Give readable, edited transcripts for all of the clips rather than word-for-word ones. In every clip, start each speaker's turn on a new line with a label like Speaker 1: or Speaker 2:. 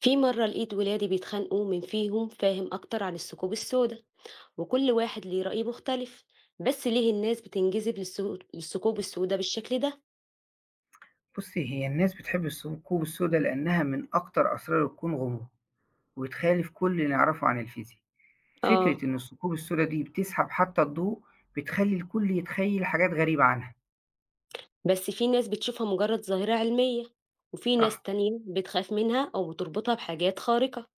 Speaker 1: في مرة لقيت ولادي بيتخانقوا، من فيهم فاهم أكتر عن الثقوب السوداء؟ وكل واحد ليه رأي مختلف. بس ليه الناس بتنجذب للثقوب السوداء بالشكل ده؟
Speaker 2: بُصّي، هي الناس بتحب الثقوب السودا لأنها من أكتر أسرار الكون غموض، وتخالف كل اللي نعرفه عن الفيزياء.
Speaker 1: آه.
Speaker 2: فكرة إن الثقوب السودا دي بتسحب حتى الضوء، بتخلّي الكل يتخيل حاجات غريبة عنها.
Speaker 1: بس في ناس بتشوفها مجرد ظاهرة علمية، وفي ناس
Speaker 2: صح،
Speaker 1: تانية بتخاف منها أو بتربطها بحاجات خارقة.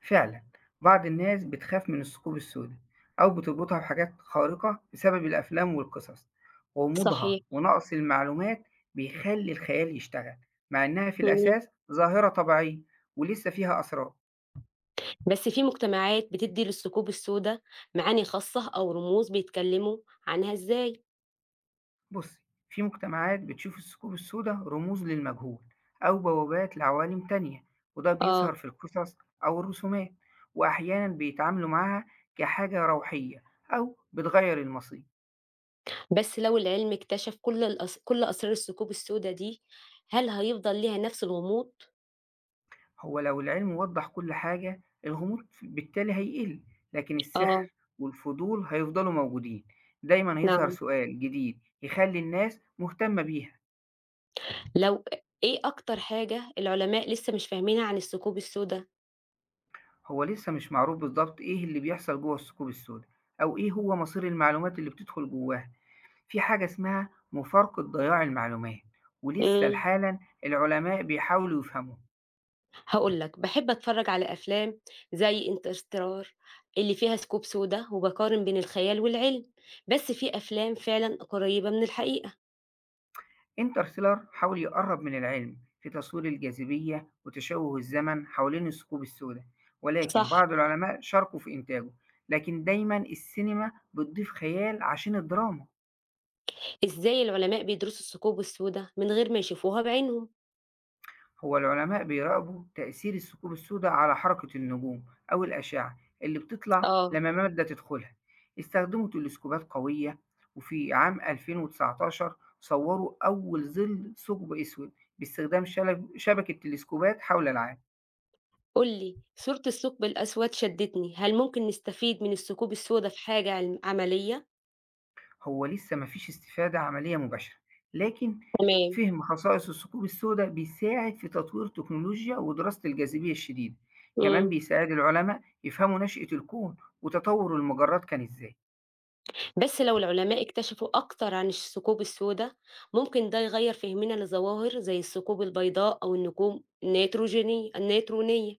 Speaker 2: فعلًا بعض الناس بتخاف من الثقوب السودا أو بتربطها بحاجات خارقة بسبب الأفلام والقصص. غموضها
Speaker 1: صحيح.
Speaker 2: ونقص المعلومات بيخلّي الخيال يشتغل، مع إنها في
Speaker 1: مم.
Speaker 2: الأساس ظاهرة طبيعية ولسه فيها أسرار.
Speaker 1: بس في مجتمعات بتدي للثقوب السوداء معاني خاصة أو رموز، بيتكلموا عنها إزاي؟
Speaker 2: بصي في مجتمعات بتشوف الثقوب السوداء رموز للمجهول أو بوابات لعوالم تانية، وده بيظهر
Speaker 1: آه.
Speaker 2: في القصص أو الرسومات، وأحيانا بيتعاملوا معاها كحاجة روحية أو بتغير المصير.
Speaker 1: بس لو العلم اكتشف كل أسرار الثقوب السودا دي، هل هيفضل ليها نفس الغموض؟
Speaker 2: هو لو العلم وضح كل حاجة، الغموض بالتالي هيقل، لكن
Speaker 1: آه،
Speaker 2: السحر والفضول هيفضلوا موجودين، دايما هيظهر
Speaker 1: نعم.
Speaker 2: سؤال جديد يخلي الناس مهتمة بيها.
Speaker 1: لو إيه أكتر حاجة العلماء لسه مش فاهمينها عن الثقوب السودا؟
Speaker 2: هو لسه مش معروف بالظبط إيه اللي بيحصل جوه الثقوب السوداء أو إيه هو مصير المعلومات اللي بتدخل جواها. في حاجة اسمها مفارقة ضياع المعلومات، ولسه
Speaker 1: إمم،
Speaker 2: لحالًا العلماء بيحاولوا يفهموه.
Speaker 1: هاقول لك، باحب أتفرّج على أفلام زي Interstellar اللي فيها ثقوب سودا، وباقارن بين الخيال والعلم، بس في أفلام فعلًا قريبة من الحقيقة.
Speaker 2: انترستيلر حاول يقرب من العلم في تصوير الجاذبية وتشوه الزمن حوالين الثقوب السوداء، ولكن
Speaker 1: صح.
Speaker 2: بعض العلماء شاركوا في إنتاجه، لكن دايمًا السينما بتضيف خيال عشان الدراما.
Speaker 1: إزاي العلماء بيدرسوا الثقوب السودا من غير ما يشوفوها بعينهم؟
Speaker 2: هو العلماء بيراقبوا تأثير الثقوب السوداء على حركة النجوم أو الأشعة اللي بتطلع
Speaker 1: آه.
Speaker 2: لما مادة تدخلها. استخدموا تلسكوبات قوية وفي عام 2019 صوروا أول ظل ثقب أسود باستخدام شبكة تلسكوبات حول العالم.
Speaker 1: قُل لي، صورة الثقب الأسود شدّتني، هل ممكن نستفيد من الثقوب السودا في حاجة علم عملية؟
Speaker 2: هو لسه مفيش استفادة عملية مباشرة، لكن
Speaker 1: تمام.
Speaker 2: فهم خصائص الثقوب السوداء بيساعد في تطوير تكنولوجيا ودراسة الجاذبية الشديدة. كمان
Speaker 1: إمم.
Speaker 2: بيساعد العلماء يفهموا نشأة الكون وتطور المجرات كان إزاي.
Speaker 1: بس لو العلماء اكتشفوا أكتر عن الثقوب السودا، ممكن ده يغيّر فهمنا لظواهر زي الثقوب البيضاء أو النجوم النيترونية.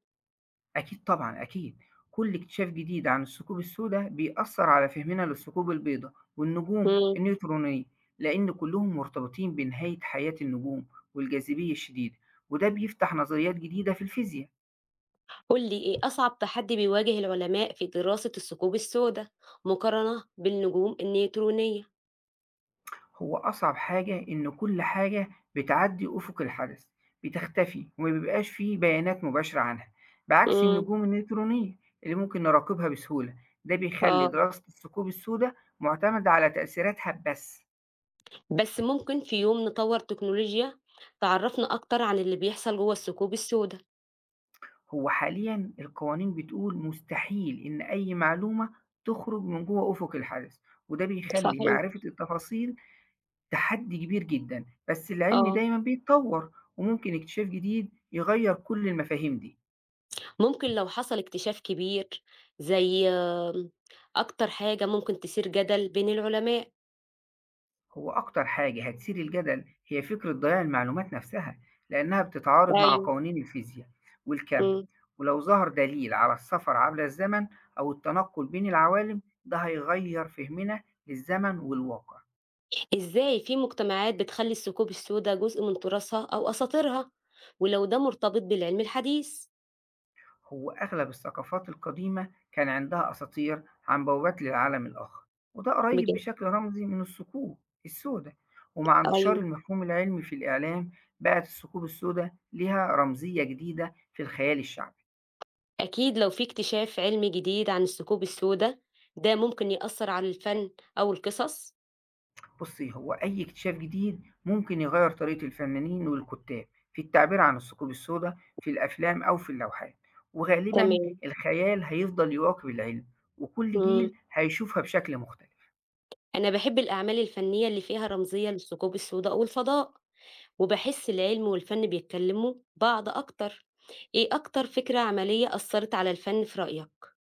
Speaker 2: أكيد طبعًا، أكيد. كل اكتشاف جديد عن الثقوب السودا بيأثّر على فهمنا للثقوب البيضا والنجوم
Speaker 1: إمم.
Speaker 2: النيوترونية، لإن كلّهم مرتبطين بنهاية حياة النجوم والجاذبية الشديدة، وده بيفتح نظريات جديدة في الفيزياء.
Speaker 1: قُل لي إيه أصعب تحدي بيواجه العلماء في دراسة الثقوب السودا مقارنة بالنجوم النيترونية؟
Speaker 2: هو أصعب حاجة إن كل حاجة بتعدّي أُفُق الحدث، بتختفي وما بيبقاش في بيانات مباشرة عنها، بعكس
Speaker 1: إمم،
Speaker 2: النجوم النيوترونية اللي ممكن نراقبها بسهولة. ده بيخلّي
Speaker 1: آه.
Speaker 2: دراسة الثقوب السودا مُعتمدة على تأثيراتها بس.
Speaker 1: بس ممكن في يوم نطوّر تكنولوجيا تعرّفنا أكتر عن اللي بيحصل جوّه الثقوب السودا.
Speaker 2: هو حاليًا القوانين بتقول مستحيل إن أي معلومة تخرج من جوه أفق الحدث، وده بيخلّي
Speaker 1: صحيح.
Speaker 2: معرفة التفاصيل تحدي كبير جدًا، بس العلم
Speaker 1: آه.
Speaker 2: دايمًا بيتطور وممكن اكتشاف جديد يغيّر كل المفاهيم دي.
Speaker 1: ممكن لو حصل اكتشاف كبير زي أكتر حاجة ممكن تثير جدل بين العلماء.
Speaker 2: هو أكتر حاجة هتثير الجدل هي فكرة ضياع المعلومات نفسها، لأنها بتتعارض مع
Speaker 1: أيوه،
Speaker 2: قوانين الفيزياء والكَم،
Speaker 1: إمم.
Speaker 2: ولو ظهر دليل على السفر عبر الزمن أو التنقل بين العوالم، ده هيغيّر فهمنا للزمن والواقع.
Speaker 1: إزاي في مجتمعات بتخلّي الثقوب السودا جزء من تراثها أو أساطيرها، ولو ده مرتبط بالعلم الحديث؟
Speaker 2: هو أغلب الثقافات القديمة كان عندها أساطير عن بوابات للعالم الآخر، وده قريب
Speaker 1: بجد.
Speaker 2: بشكل رمزي من الثقوب السوداء. ومع انتشار
Speaker 1: أيوه.
Speaker 2: المفهوم العلمي في الإعلام بقت الثقوب السوداء ليها رمزية جديدة في الخيال الشعبي.
Speaker 1: أكيد لو في اكتشاف علمي جديد عن الثقوب السودا، ده ممكن يأثّر على الفن أو القصص.
Speaker 2: بصي هو أي اكتشاف جديد ممكن يغير طريقة الفنانين والكتاب في التعبير عن الثقوب السوداء في الأفلام أو في اللوحات، وغالبا
Speaker 1: تمام.
Speaker 2: الخيال هيفضل يواكب العلم وكل
Speaker 1: إمم.
Speaker 2: جيل هيشوفها بشكل مختلف.
Speaker 1: أنا باحب الأعمال الفنية اللي فيها رمزية للثقوب السوداء والفضاء، وباحس العلم والفن بيتكلموا بعض أكتر. إيه أكتر فكرة عملية أثّرت على الفن في رأيك؟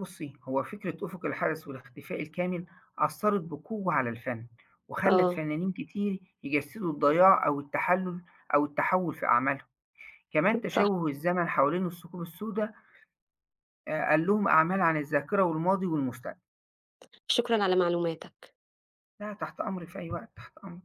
Speaker 2: بُصّي، هو فكرة أُفُق الحدث والاختفاء الكامل أثّرت بقوة على الفن، وخلّت
Speaker 1: آه،
Speaker 2: فنانين كتير يجسّدوا الضياع أو التحلُّل أو التحوّل في أعمالهم، كمان
Speaker 1: صح.
Speaker 2: تشوُّه الزمن حوالين الثقوب السودا قال لهم أعمال عن الذاكرة والماضي والمستقبل.
Speaker 1: شكرًا على معلوماتك.
Speaker 2: لا، تحت أمرِك في أي وقت، تحت أمرِك.